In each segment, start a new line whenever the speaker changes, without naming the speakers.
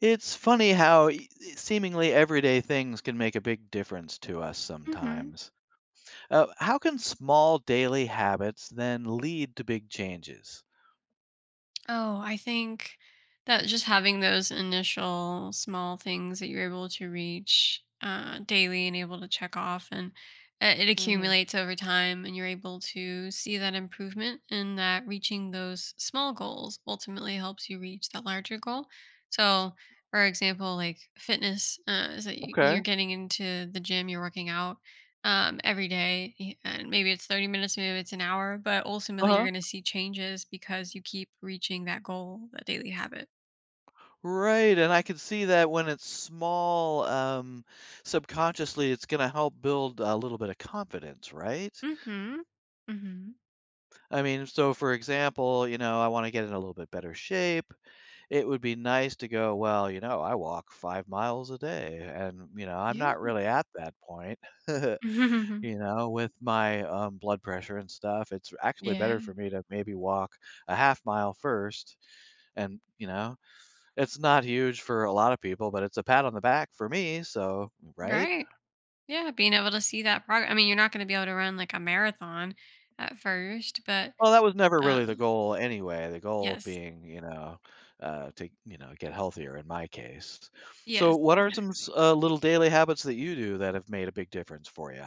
It's funny how seemingly everyday things can make a big difference to us
Hmm.
sometimes. How can small daily habits then lead to big changes?
Oh, I think that just having those initial small things that you're able to reach daily and able to check off, and it accumulates over time, and you're able to see that improvement, and that reaching those small goals ultimately helps you reach that larger goal. So, for example, like fitness is that
Okay.
you're getting into the gym, you're working out every day. And maybe it's 30 minutes, maybe it's an hour, but
Uh
ultimately you're going to
huh.
see changes because you keep reaching that goal, that daily habit.
Right, and I can see that when it's small, subconsciously it's going to help build a little bit of confidence, right?
Mhm. Mhm.
So for example, I want to get in a little bit better shape. It would be nice to go, "Well, you know, I walk 5 miles a day, and, you know, I'm not
Yeah.
really at that point." You know, with my, blood pressure and stuff, it's actually better for
Yeah.
me to maybe walk a half mile first, and, you know, it's not huge for a lot of people, but it's a pat on the back for me, so right?
Right. Yeah. Being able to see that progress. I mean, you're not going to be able to run like a marathon at first, but
Well, that was never
uh,
really the goal anyway, the goal
yes.
being, to, get healthier in my case. So
Yes.
what are
Exactly.
some s little daily habits that you do that have made a big difference for you?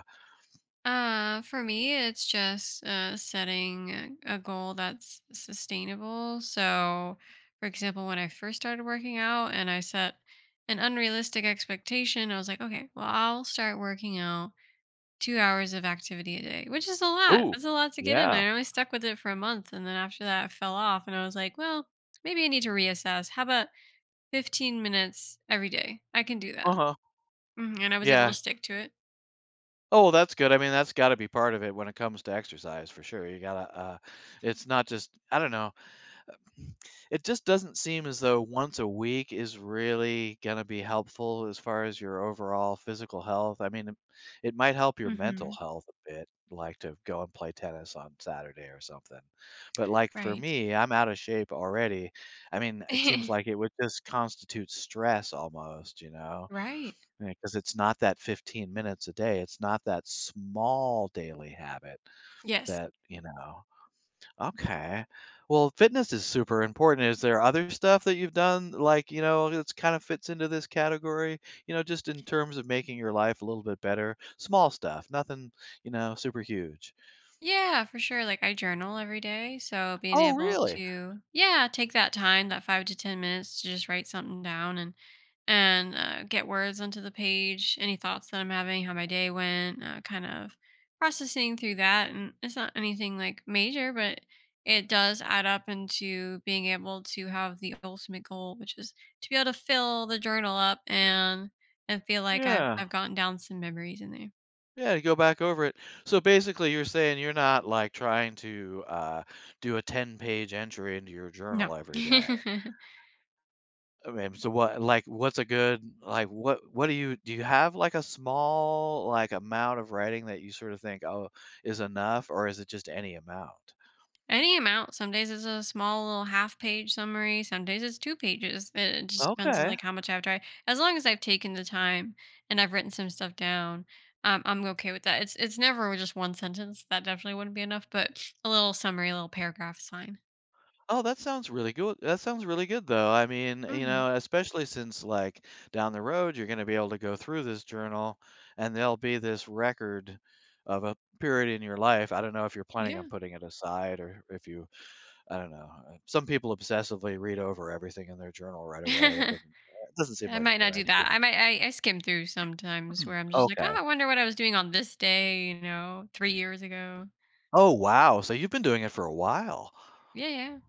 For me, it's just setting a goal that's sustainable. So, for example, when I first started working out and I set an unrealistic expectation, I was like, okay, well, I'll start working out 2 hours of activity a day, which is a lot.
Ooh,
That's a lot to get in.
yeah,
I only stuck with it for a month. And then after that, I fell off and I was like, well, maybe I need to reassess. How about 15 minutes every day? I can do that.
uh-huh,
Mhm. And I was able to
yeah.
stick to it.
Oh, that's good. I mean, that's gotta be part of it when it comes to exercise for sure. You gotta, it's not just, I don't know. It just doesn't seem as though once a week is really gonna be helpful as far as your overall physical health. I mean, it might help your mental
Hmm.
health a bit, like to go and play tennis on Saturday or something. But like for
Right.
me, I'm out of shape already. I mean, it seems like it would just constitute stress almost, you know?
Right.
Because it's not that 15 minutes a day, it's not that small daily habit
Yes.
that, you know. Okay. Well, fitness is super important. Is there other stuff that you've done, like, you know, that's kind of fits into this category? You know, just in terms of making your life a little bit better? Small stuff, nothing, you know, super huge.
Yeah, for sure. Like I journal every day. So being
Oh,
able
really?
to, yeah, take that time, that five to 10 minutes to just write something down, and get words onto the page, any thoughts that I'm having, how my day went, kind of processing through that. And it's not anything like major, but it does add up into being able to have the ultimate goal, which is to be able to fill the journal up, and feel like I've,
Yeah.
I've gotten down some memories in there.
Yeah, to go back over it. So, basically, you're saying you're not, like, trying to, do a ten-page entry into your
No.
journal every day. Okay, so what, what's a good like what do you have like a small like amount of writing that you sort of think, oh, is enough, or is it just any amount?
Any amount. Some days it's a small little half page summary. Some days it's two pages. It just depends on
Okay.
like how much I've tried. As long as I've taken the time and I've written some stuff down, I'm okay with that. It's never just one sentence. That definitely wouldn't be enough. But a little summary, a little paragraph is fine.
Oh, that sounds really good. That sounds really good though. I mean, you
Hmm.
know, especially since like down the road you're going to be able to go through this journal and there'll be this record of a period in your life. I don't know if you're planning on
Yeah.
putting it aside or if you I don't know. Some people obsessively read over everything in their journal right away. That doesn't
I
that doesn't seem like a
might
good
not do
idea.
that. I skim through sometimes where I'm just like, oh,
Okay.
I wonder what I was doing on this day. You know, 3 years ago.
Oh, wow. So you've been doing it for a while.
Yeah. Yeah.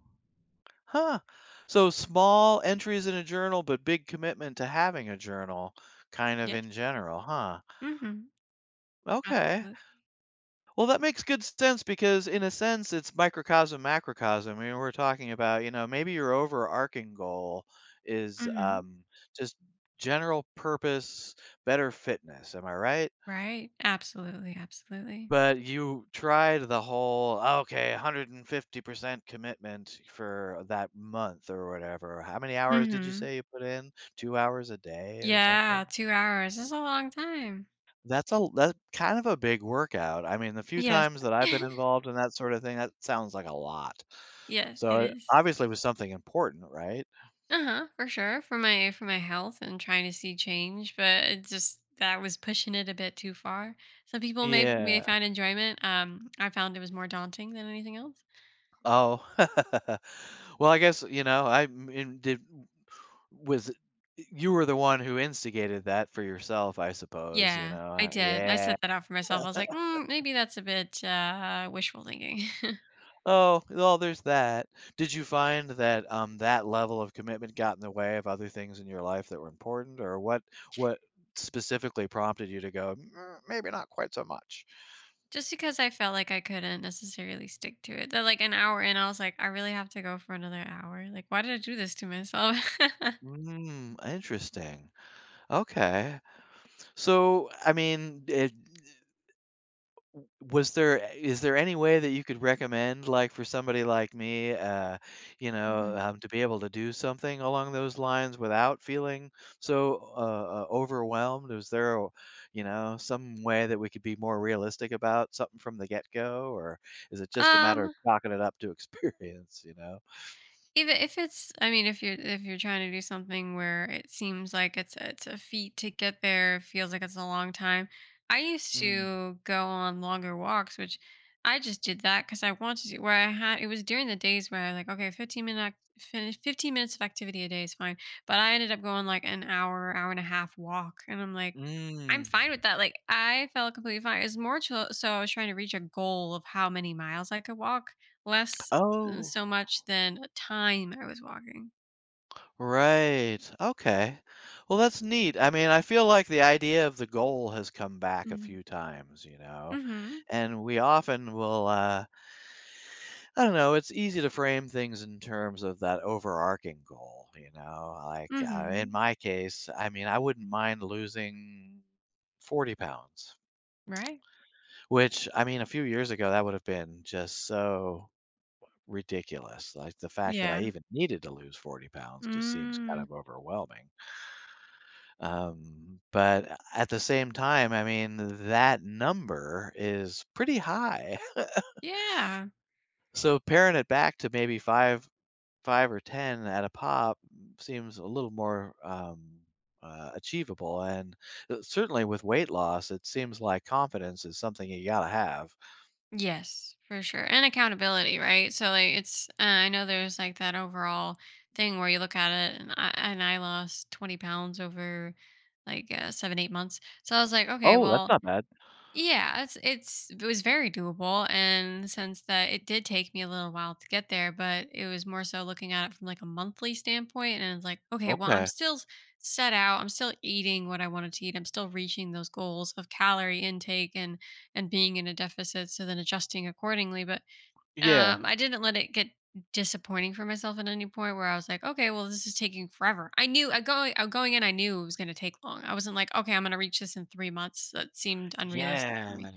Huh. So small entries in a journal, but big commitment to having a journal kind of in
Yes.
general, huh?
Hmm.
Okay.
Absolutely.
Well, that makes good sense because, in a sense, it's microcosm, macrocosm. I mean, we're talking about, you know, maybe your overarching goal is
Hmm.
just general purpose, better fitness. Am I right?
Right? Absolutely, absolutely.
But you tried the whole, okay, 150% commitment for that month or whatever. How many hours did you
Mhm.
say you put in? 2 hours a day or something?
Yeah, 2 hours is a long time.
That's a that's kind of a big workout. I mean, the few
Yes.
times that I've been involved in that sort of thing, that sounds like a lot.
Yes, it
So it
is.
obviously was something important, right?
Uh-huh, for sure, for my health and trying to see change, but it just that was pushing it a bit too far. Some people may
Yeah.
find enjoyment. I found it was more daunting than anything else.
Oh. Well, I guess, you know, I m in did was you were the one who instigated that for yourself, I suppose, you
Yeah,
know?
I did. I
Yeah.
set that out for myself. I was like, "Mm, maybe that's a bit, wishful thinking."
Oh, well, there's that. Did you find that, that level of commitment got in the way of other things in your life that were important, or what specifically prompted you to go, "Mm, maybe not quite so much?
Just because I felt like I couldn't necessarily stick to it. That like an hour in, I was like, I really have to go for another hour. Like, why did I do this to myself?
Mm, interesting. Okay. So, I mean, it was there eh, is there any way that you could recommend, like, for somebody like me,
Mhm.
to be able to do something along those lines without feeling so, overwhelmed? Is there a you know, some way that we could be more realistic about something from the get-go, or is it just a matter of
um,
chalking it up to experience, you know?
Even if if you're trying to do something where it seems like it's a feat to get there, it feels like it's a long time. I used
Mm.
to go on longer walks, which I just did that because I wanted to. Where I had it was during the days where I was like, okay, finish 15 minutes of activity a day is fine, but I ended up going like an hour, hour and a half walk, and I'm like, I'm
Mm.
fine with that. Like I felt completely fine. It's more chill, so I was trying to reach a goal of how many miles I could walk, less
Oh.
so much than a time I was walking.
Right. Okay. Well, that's neat. I mean, I feel like the idea of the goal has come back a
Mm.
few times, you know,
Mhm. Mhm.
and we often will, I don't know, it's easy to frame things in terms of that overarching goal, you know, like, in
Mhm.
my case, I mean, I wouldn't mind losing 40 pounds,
Right.
which I mean, a few years ago, that would have been just so ridiculous. Like the fact that I
Yeah.
even needed to lose 40 pounds just seems kind
Mm.
of overwhelming. But at the same time, I mean, that number is pretty high.
Yeah.
So paring it back to maybe five or ten at a pop seems a little more achievable. And certainly with weight loss, it seems like confidence is something you gotta have.
Yes, for sure. And accountability, right? So like it's I know there's like that overall thing where you look at it, and I lost 20 pounds over like 7 8 months. So I was like, okay,
Oh, that's
well,
not bad.
yeah, it's it was very doable in the sense that it did take me a little while to get there, but it was more so looking at it from like a monthly standpoint, and it's like, okay, well,
Okay.
set out, I'm still eating what I wanted to eat, I'm still reaching those goals of calorie intake and being in a deficit, so then adjusting accordingly. But
Yeah.
I didn't let it get disappointing for myself at any point where I was like, okay, well, this is taking forever. I knew I going in, I knew it was gonna take long. I wasn't like, okay, I'm gonna reach this in 3 months. That seemed unrealistic for
Yeah.
me.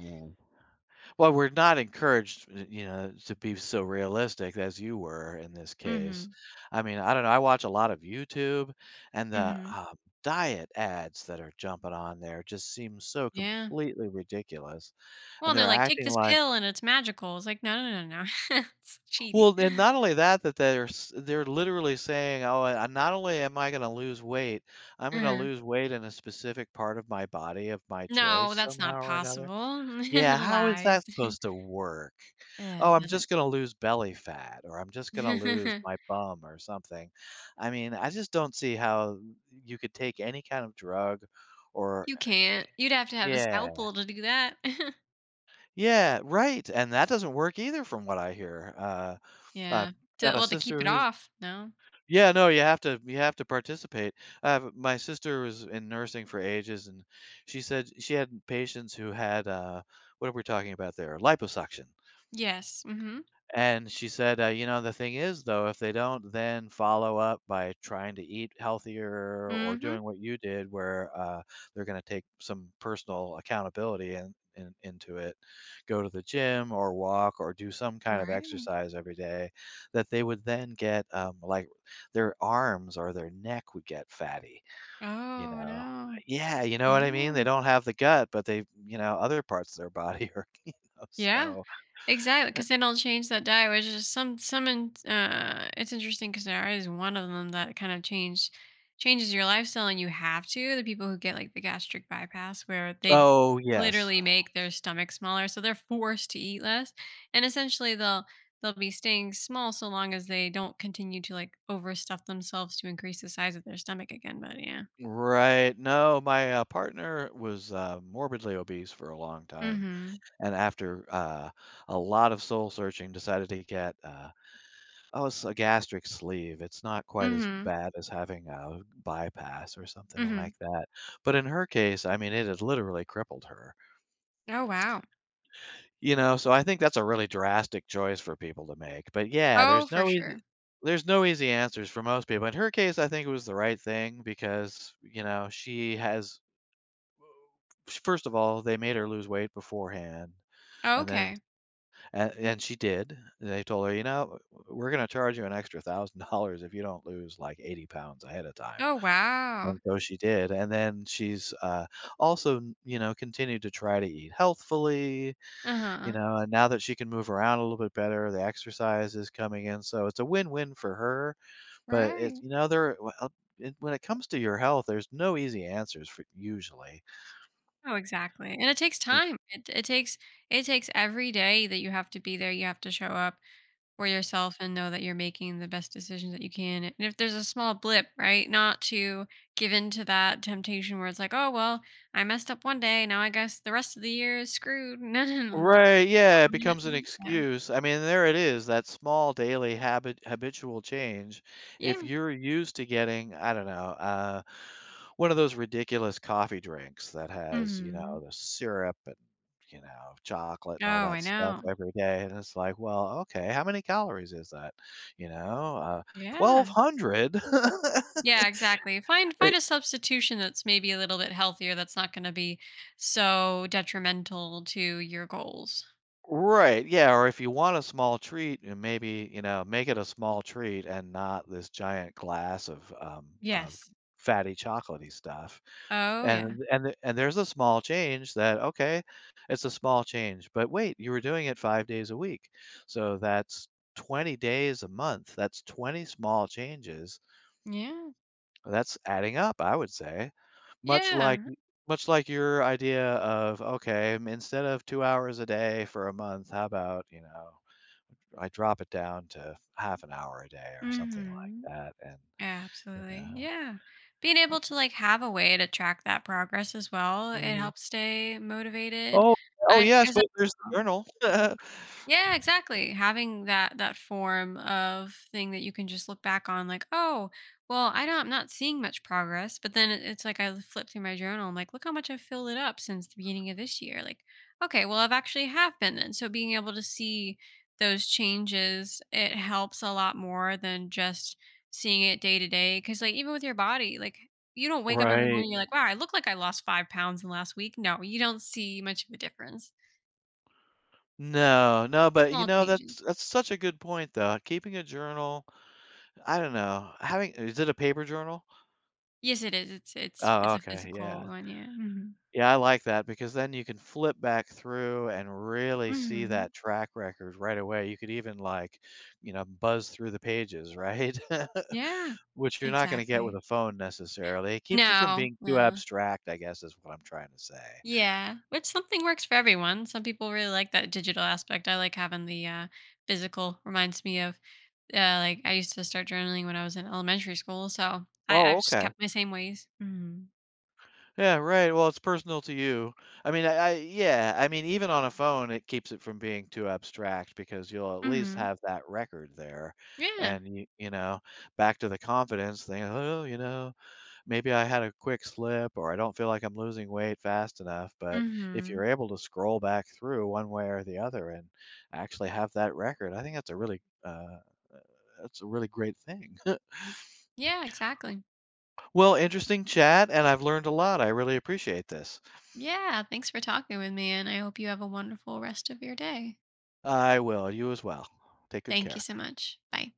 Well, we're not encouraged, you know, to be so realistic as you were in this case.
Hmm.
I mean, I don't know. I watch a lot of YouTube, and the
Hmm.
diet ads that are jumping on there just seem so
Yeah.
completely ridiculous.
Well,
And
and they're
they're
like, take
acting
this
like,
pill and it's magical. It's like, no, no, no, no. No. It's cheating.
well, and not only that, that they're literally saying, oh, I, not only am I going to lose weight, I'm going to
Uh-huh.
lose weight in a specific part of my body of my choice
No, that's
somehow
not
or another.
possible.
Yeah, how is
Lies.
that supposed to work?
Yeah,
"Oh,
it
I'm
doesn't.
just gonna lose belly fat," or "I'm just gonna lose my bum," or something. I mean, I just don't see how you could take any kind of drug or
You can't. You'd have to have a
yeah.
scalpel to do that.
Yeah, right, and that doesn't work either from what I hear. I've
Yeah. To,
got a
well, to keep it
sister who's
off. No.
yeah, no, you have to participate. I my sister was in nursing for ages, and she said she had patients who had, what are we talking about there? Liposuction.
Yes. Mhm.
And she said, "You know, the thing is, though, if they don't then follow up by trying to eat healthier or
Mhm.
doing what you did, where they're going to take some personal accountability and into it, go to the gym or walk or do some kind of
Right.
exercise every day, that they would then get like their arms or their neck would get fatty. You
Oh,
know,
no.
yeah, you know what I
Yeah.
mean. They don't have the gut, but they, you know, other parts of their body are
Yeah.
so."
Exactly. Because then I'll change that diet, which is some in it's interesting 'cause there is one of them that kind of changed changes your lifestyle and you have to. The people who get, like, the gastric bypass where they
Oh yes,
literally make their stomach smaller, so they're forced to eat less, and essentially they'll be staying small so long as they don't continue to, like, overstuff themselves to increase the size of their stomach again, but yeah.
right. No, my, partner was, morbidly obese for a long time,
Mhm.
and after a lot of soul searching, decided to get, oh, it's a gastric sleeve. It's not quite as
Mhm.
bad as having a bypass or something like
Mhm.
that, but in her case, I mean, it had literally crippled her,
Oh, wow.
you know, so I think that's a really drastic choice for people to make, but yeah,
Oh, for sure.
there's no easy answers for most people. In her case, I think it was the right thing because, you know, she has first of all, they made her lose weight beforehand, and then
Okay.
and she did. They told her, "You know, we're gonna charge you an extra $1,000 if you don't lose, like, 80 pounds ahead of time,"
Oh, wow.
and so she did, and then she's, also, you know, continued to try to eat healthfully, you
Uh-huh.
know, and now that she can move around a little bit better, the exercise is coming in, so it's a win-win for her, but it's
Right.
you know, there well, it when it comes to your health, there's no easy answers for usually.
Oh, exactly. And it takes
Right.
time. It takes it takes every day that you have to be there, you have to show up for yourself and know that you're making the best decisions that you can. And if there's a small blip, right? Not to give in to that temptation where it's like, "Oh, well, I messed up one day, now I guess the rest of the year is screwed." No, no, no. No. Just
Right, yeah, it
own
becomes an
it. Yeah.
excuse. I mean, there it is, that small daily habitual change. If
Yeah.
you're used to getting, I don't know, uh, one of those ridiculous coffee drinks that has, you know,
Mhm.
the syrup and, you know, chocolate and all
Oh,
that
I
stuff
know.
every day, and it's like, well, okay, how many calories is that? You know, uh,
Yeah.
1,200?
Yeah, exactly. Find a substitution that's maybe a little bit healthier that's not going to be so detrimental to your goals.
Right, yeah, or if you want a small treat, and maybe, you know, make it a small treat and not this giant glass of
Yes.
fatty chocolatey stuff,
Oh, yeah.
and and there's a small change that, okay, it's a small change, but wait, you were doing it 5 days a week, so that's 20 days a month, that's 20 small changes
Yeah.
that's adding up, I would say. Much like
Yeah.
much like your idea of, "Okay, instead of 2 hours a day for a month, how about, you know, I drop it down to half an hour a day or something like
Mhm.
that," and, you
Absolutely.
know
Yeah. Being able to like have a way to track that progress as well, it
Mhm.
helps stay motivated.
Oh, oh,
I
yes,
as I
but there's the journal.
Yeah, exactly. Having that form of thing that you can just look back on, like, oh, well, I'm not seeing much progress. But then it's like I flip through my journal. I'm like, look how much I've filled it up since the beginning of this year. Like, okay, well, I've actually have been then. So being able to see those changes, it helps a lot more than just seeing it day to day. Because like even with your body, like you don't wake up every
Right.
morning, you're like, wow, I look like I lost 5 pounds in the last week. No, you don't see much of a difference.
No, no, but, you
Small
know, that's
changes.
that's such a good point, though. Keeping a journal I don't know. Having is it a paper journal?
Yes, it is. It's
Oh,
it's a
okay,
physical
yeah.
one, yeah. Mhm.
Yeah, I like that because then you can flip back through and really see
Mhm.
that track record right away. You could even like, you know, buzz through the pages, right?
Yeah.
Which you're not going to get with
Exactly.
a phone necessarily. It keeps it from
No,
being too
no.
abstract, I guess, is what I'm trying to say.
Yeah, which something works for everyone. Some people really like that digital aspect. I like having the, physical. Reminds me of, like, I used to start journaling when I was in elementary school, so I
Oh,
I've just
okay.
kept my same ways. Mhm.
Yeah, right. Well, it's personal to you. I mean, I yeah, I mean, even on a phone, it keeps it from being too abstract because you'll at least
Mhm.
have that record there,
Yeah.
and you know, back to the confidence thing. Oh, you know, maybe I had a quick slip or I don't feel like I'm losing weight fast enough. But if you're
Mhm.
able to scroll back through one way or the other and actually have that record, I think that's a really that's a really great thing.
Yeah, exactly.
Well, interesting chat, and I've learned a lot. I really appreciate this.
Yeah, thanks for talking with me, and I hope you have a wonderful rest of your day.
I will. You as well. Take good
Thank you
care.
so much. Bye.